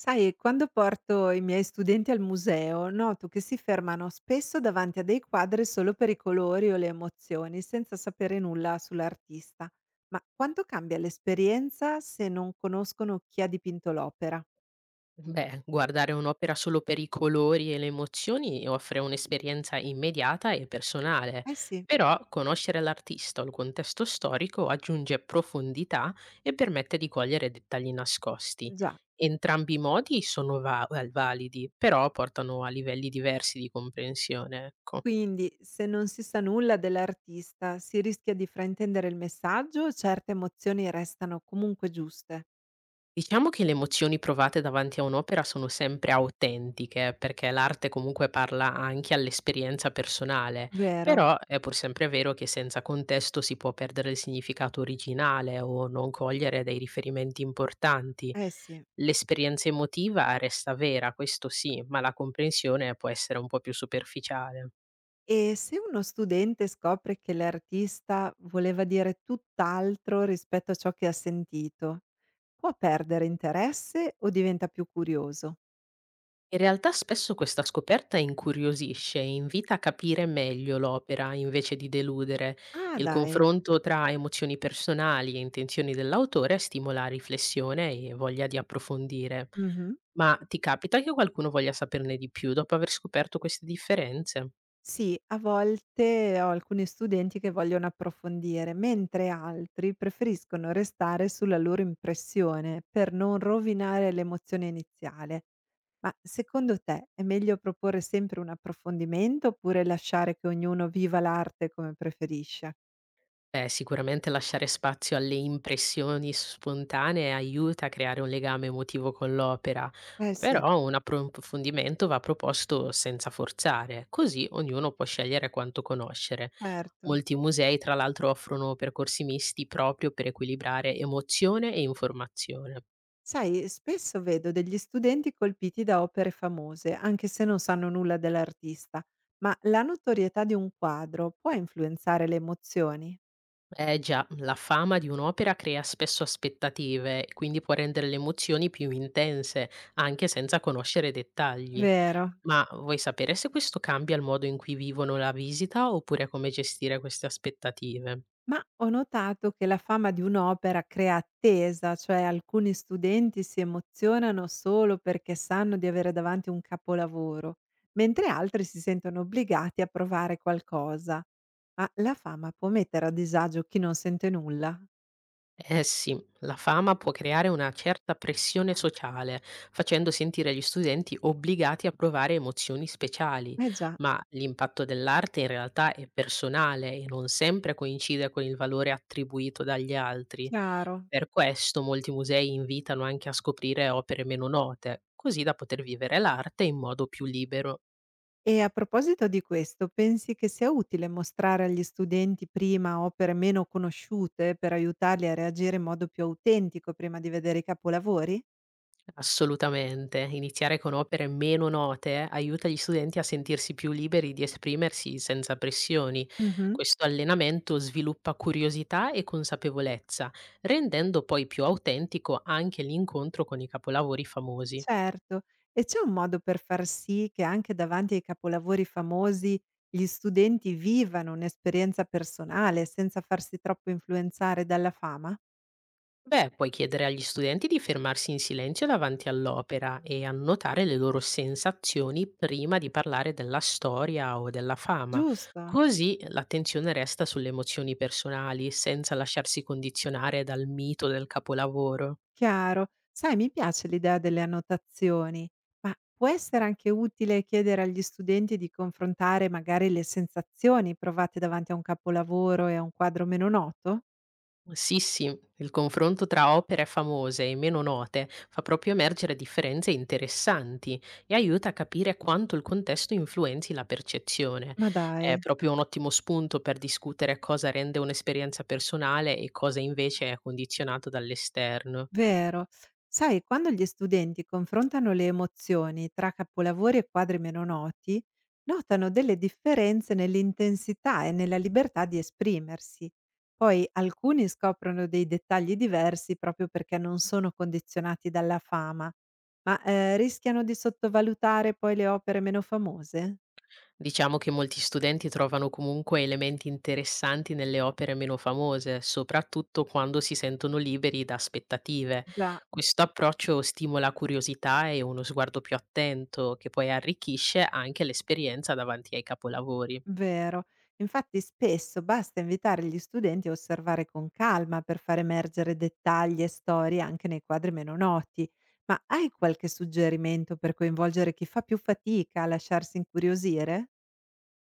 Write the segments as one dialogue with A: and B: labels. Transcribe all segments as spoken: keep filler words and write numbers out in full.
A: Sai, quando porto i miei studenti al museo, noto che si fermano spesso davanti a dei quadri solo per i colori o le emozioni, senza sapere nulla sull'artista. Ma quanto cambia l'esperienza se non conoscono chi ha dipinto l'opera?
B: Beh, guardare un'opera solo per i colori e le emozioni offre un'esperienza immediata e personale,
A: Eh sì.
B: però conoscere l'artista o il contesto storico aggiunge profondità e permette di cogliere dettagli nascosti.
A: Già.
B: Entrambi i modi sono va- validi, però portano a livelli diversi di comprensione, ecco.
A: Quindi, se non si sa nulla dell'artista, si rischia di fraintendere il messaggio o certe emozioni restano comunque giuste?
B: Diciamo che le emozioni provate davanti a un'opera sono sempre autentiche, perché l'arte comunque parla anche all'esperienza personale,
A: Vero?
B: però è pur sempre vero che senza contesto si può perdere il significato originale o non cogliere dei riferimenti importanti.
A: Eh sì.
B: L'esperienza emotiva resta vera, questo sì, ma la comprensione può essere un po' più superficiale.
A: E se uno studente scopre che l'artista voleva dire tutt'altro rispetto a ciò che ha sentito, può perdere interesse o diventa più curioso?
B: In realtà spesso questa scoperta incuriosisce e invita a capire meglio l'opera invece di deludere.
A: Ah,
B: Il
A: dai.
B: confronto tra emozioni personali e intenzioni dell'autore stimola riflessione e voglia di approfondire.
A: Mh-mh.
B: Ma ti capita che qualcuno voglia saperne di più dopo aver scoperto queste differenze?
A: Sì, a volte ho alcuni studenti che vogliono approfondire, mentre altri preferiscono restare sulla loro impressione per non rovinare l'emozione iniziale. Ma secondo te è meglio proporre sempre un approfondimento oppure lasciare che ognuno viva l'arte come preferisce?
B: Beh, sicuramente lasciare spazio alle impressioni spontanee aiuta a creare un legame emotivo con l'opera,
A: Eh sì,
B: però un approfondimento va proposto senza forzare, così ognuno può scegliere quanto conoscere.
A: certo.
B: Molti musei, tra l'altro, offrono percorsi misti proprio per equilibrare emozione e informazione.
A: Sai, spesso vedo degli studenti colpiti da opere famose, anche se non sanno nulla dell'artista, ma la notorietà di un quadro può influenzare le emozioni?
B: Eh già, la fama di un'opera crea spesso aspettative e quindi può rendere le emozioni più intense, anche senza conoscere dettagli.
A: Vero,
B: Ma vuoi sapere se questo cambia il modo in cui vivono la visita oppure come gestire queste aspettative?
A: ma ho notato che la fama di un'opera crea attesa, cioè alcuni studenti si emozionano solo perché sanno di avere davanti un capolavoro, mentre altri si sentono obbligati a provare qualcosa. Ma la fama può mettere a disagio chi non sente nulla?
B: Eh sì, la fama può creare una certa pressione sociale, facendo sentire gli studenti obbligati a provare emozioni speciali,
A: Eh già,
B: ma l'impatto dell'arte in realtà è personale e non sempre coincide con il valore attribuito dagli altri.
A: chiaro.
B: Per questo molti musei invitano anche a scoprire opere meno note, così da poter vivere l'arte in modo più libero.
A: E a proposito di questo, pensi che sia utile mostrare agli studenti prima opere meno conosciute per aiutarli a reagire in modo più autentico prima di vedere i capolavori?
B: Assolutamente, iniziare con opere meno note aiuta gli studenti a sentirsi più liberi di esprimersi senza pressioni.
A: Mh-mh.
B: Questo allenamento sviluppa curiosità e consapevolezza, rendendo poi più autentico anche l'incontro con i capolavori famosi.
A: Certo. E c'è un modo per far sì che anche davanti ai capolavori famosi gli studenti vivano un'esperienza personale senza farsi troppo influenzare dalla fama?
B: Beh, puoi chiedere agli studenti di fermarsi in silenzio davanti all'opera e annotare le loro sensazioni prima di parlare della storia o della fama.
A: Giusto,
B: Così l'attenzione resta sulle emozioni personali, senza lasciarsi condizionare dal mito del capolavoro.
A: chiaro. Sai, mi piace l'idea delle annotazioni, ma può essere anche utile chiedere agli studenti di confrontare magari le sensazioni provate davanti a un capolavoro e a un quadro meno noto?
B: Sì, sì, il confronto tra opere famose e meno note fa proprio emergere differenze interessanti e aiuta a capire quanto il contesto influenzi la percezione.
A: Ma
B: È
A: dai.
B: proprio un ottimo spunto per discutere cosa rende un'esperienza personale e cosa invece è condizionato dall'esterno.
A: Vero. Sai, quando gli studenti confrontano le emozioni tra capolavori e quadri meno noti, notano delle differenze nell'intensità e nella libertà di esprimersi. Poi alcuni scoprono dei dettagli diversi proprio perché non sono condizionati dalla fama, ma eh, rischiano di sottovalutare poi le opere meno famose?
B: Diciamo che molti studenti trovano comunque elementi interessanti nelle opere meno famose, soprattutto quando si sentono liberi da aspettative.
A: Già.
B: Questo approccio stimola curiosità e uno sguardo più attento, che poi arricchisce anche l'esperienza davanti ai capolavori.
A: Vero. Infatti spesso basta invitare gli studenti a osservare con calma per far emergere dettagli e storie anche nei quadri meno noti. Ma hai qualche suggerimento per coinvolgere chi fa più fatica a lasciarsi incuriosire?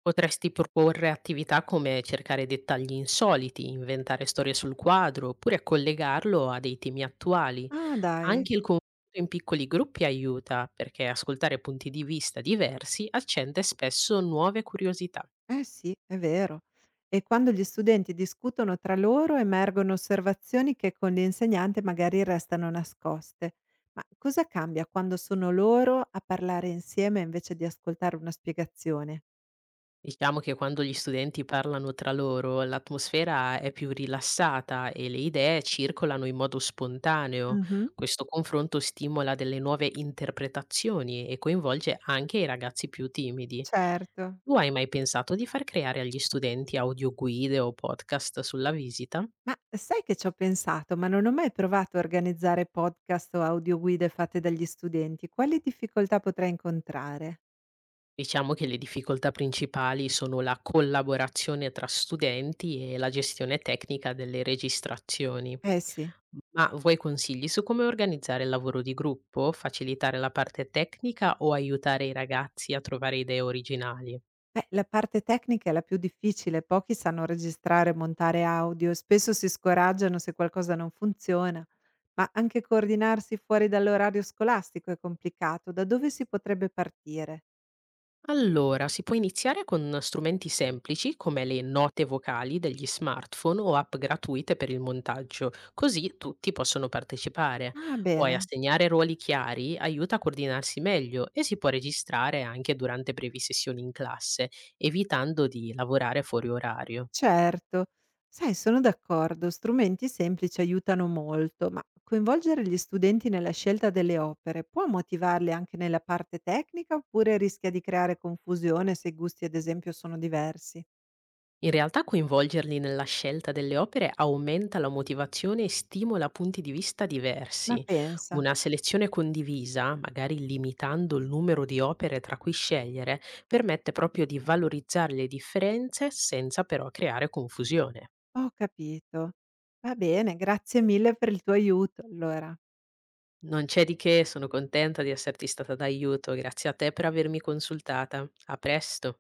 B: Potresti proporre attività come cercare dettagli insoliti, inventare storie sul quadro, oppure collegarlo a dei temi attuali.
A: Ah, dai.
B: Anche il confronto in piccoli gruppi aiuta, perché ascoltare punti di vista diversi accende spesso nuove curiosità.
A: Eh sì, è vero. E quando gli studenti discutono tra loro emergono osservazioni che con l'insegnante magari restano nascoste. Ma cosa cambia quando sono loro a parlare insieme invece di ascoltare una spiegazione?
B: Diciamo che quando gli studenti parlano tra loro, l'atmosfera è più rilassata e le idee circolano in modo spontaneo.
A: Mhm.
B: Questo confronto stimola delle nuove interpretazioni e coinvolge anche i ragazzi più timidi.
A: Certo.
B: Tu hai mai pensato di far creare agli studenti audioguide o podcast sulla visita?
A: Ma sai che c'ho pensato, ma non ho mai provato a organizzare podcast o audioguide fatte dagli studenti. Quali difficoltà potrei incontrare?
B: Diciamo che le difficoltà principali sono la collaborazione tra studenti e la gestione tecnica delle registrazioni.
A: Eh sì.
B: Ma vuoi consigli su come organizzare il lavoro di gruppo, facilitare la parte tecnica o aiutare i ragazzi a trovare idee originali?
A: Beh, la parte tecnica è la più difficile, pochi sanno registrare e montare audio, spesso si scoraggiano se qualcosa non funziona, ma anche coordinarsi fuori dall'orario scolastico è complicato. Da dove si potrebbe partire?
B: Allora, si può iniziare con strumenti semplici come le note vocali degli smartphone o app gratuite per il montaggio, così tutti possono partecipare.
A: Ah,
B: Poi
A: bene.
B: assegnare ruoli chiari aiuta a coordinarsi meglio e si può registrare anche durante brevi sessioni in classe, evitando di lavorare fuori orario.
A: Certo. Sai, sono d'accordo, strumenti semplici aiutano molto, ma coinvolgere gli studenti nella scelta delle opere può motivarli anche nella parte tecnica oppure rischia di creare confusione se i gusti, ad esempio, sono diversi?
B: In realtà coinvolgerli nella scelta delle opere aumenta la motivazione e stimola punti di vista
A: Ma
B: diversi.
A: pensa,
B: Una selezione condivisa, magari limitando il numero di opere tra cui scegliere, permette proprio di valorizzare le differenze senza però creare confusione.
A: ho capito. Va bene, grazie mille per il tuo aiuto, allora.
B: Non c'è di che, sono contenta di esserti stata d'aiuto, grazie a te per avermi consultata. A presto.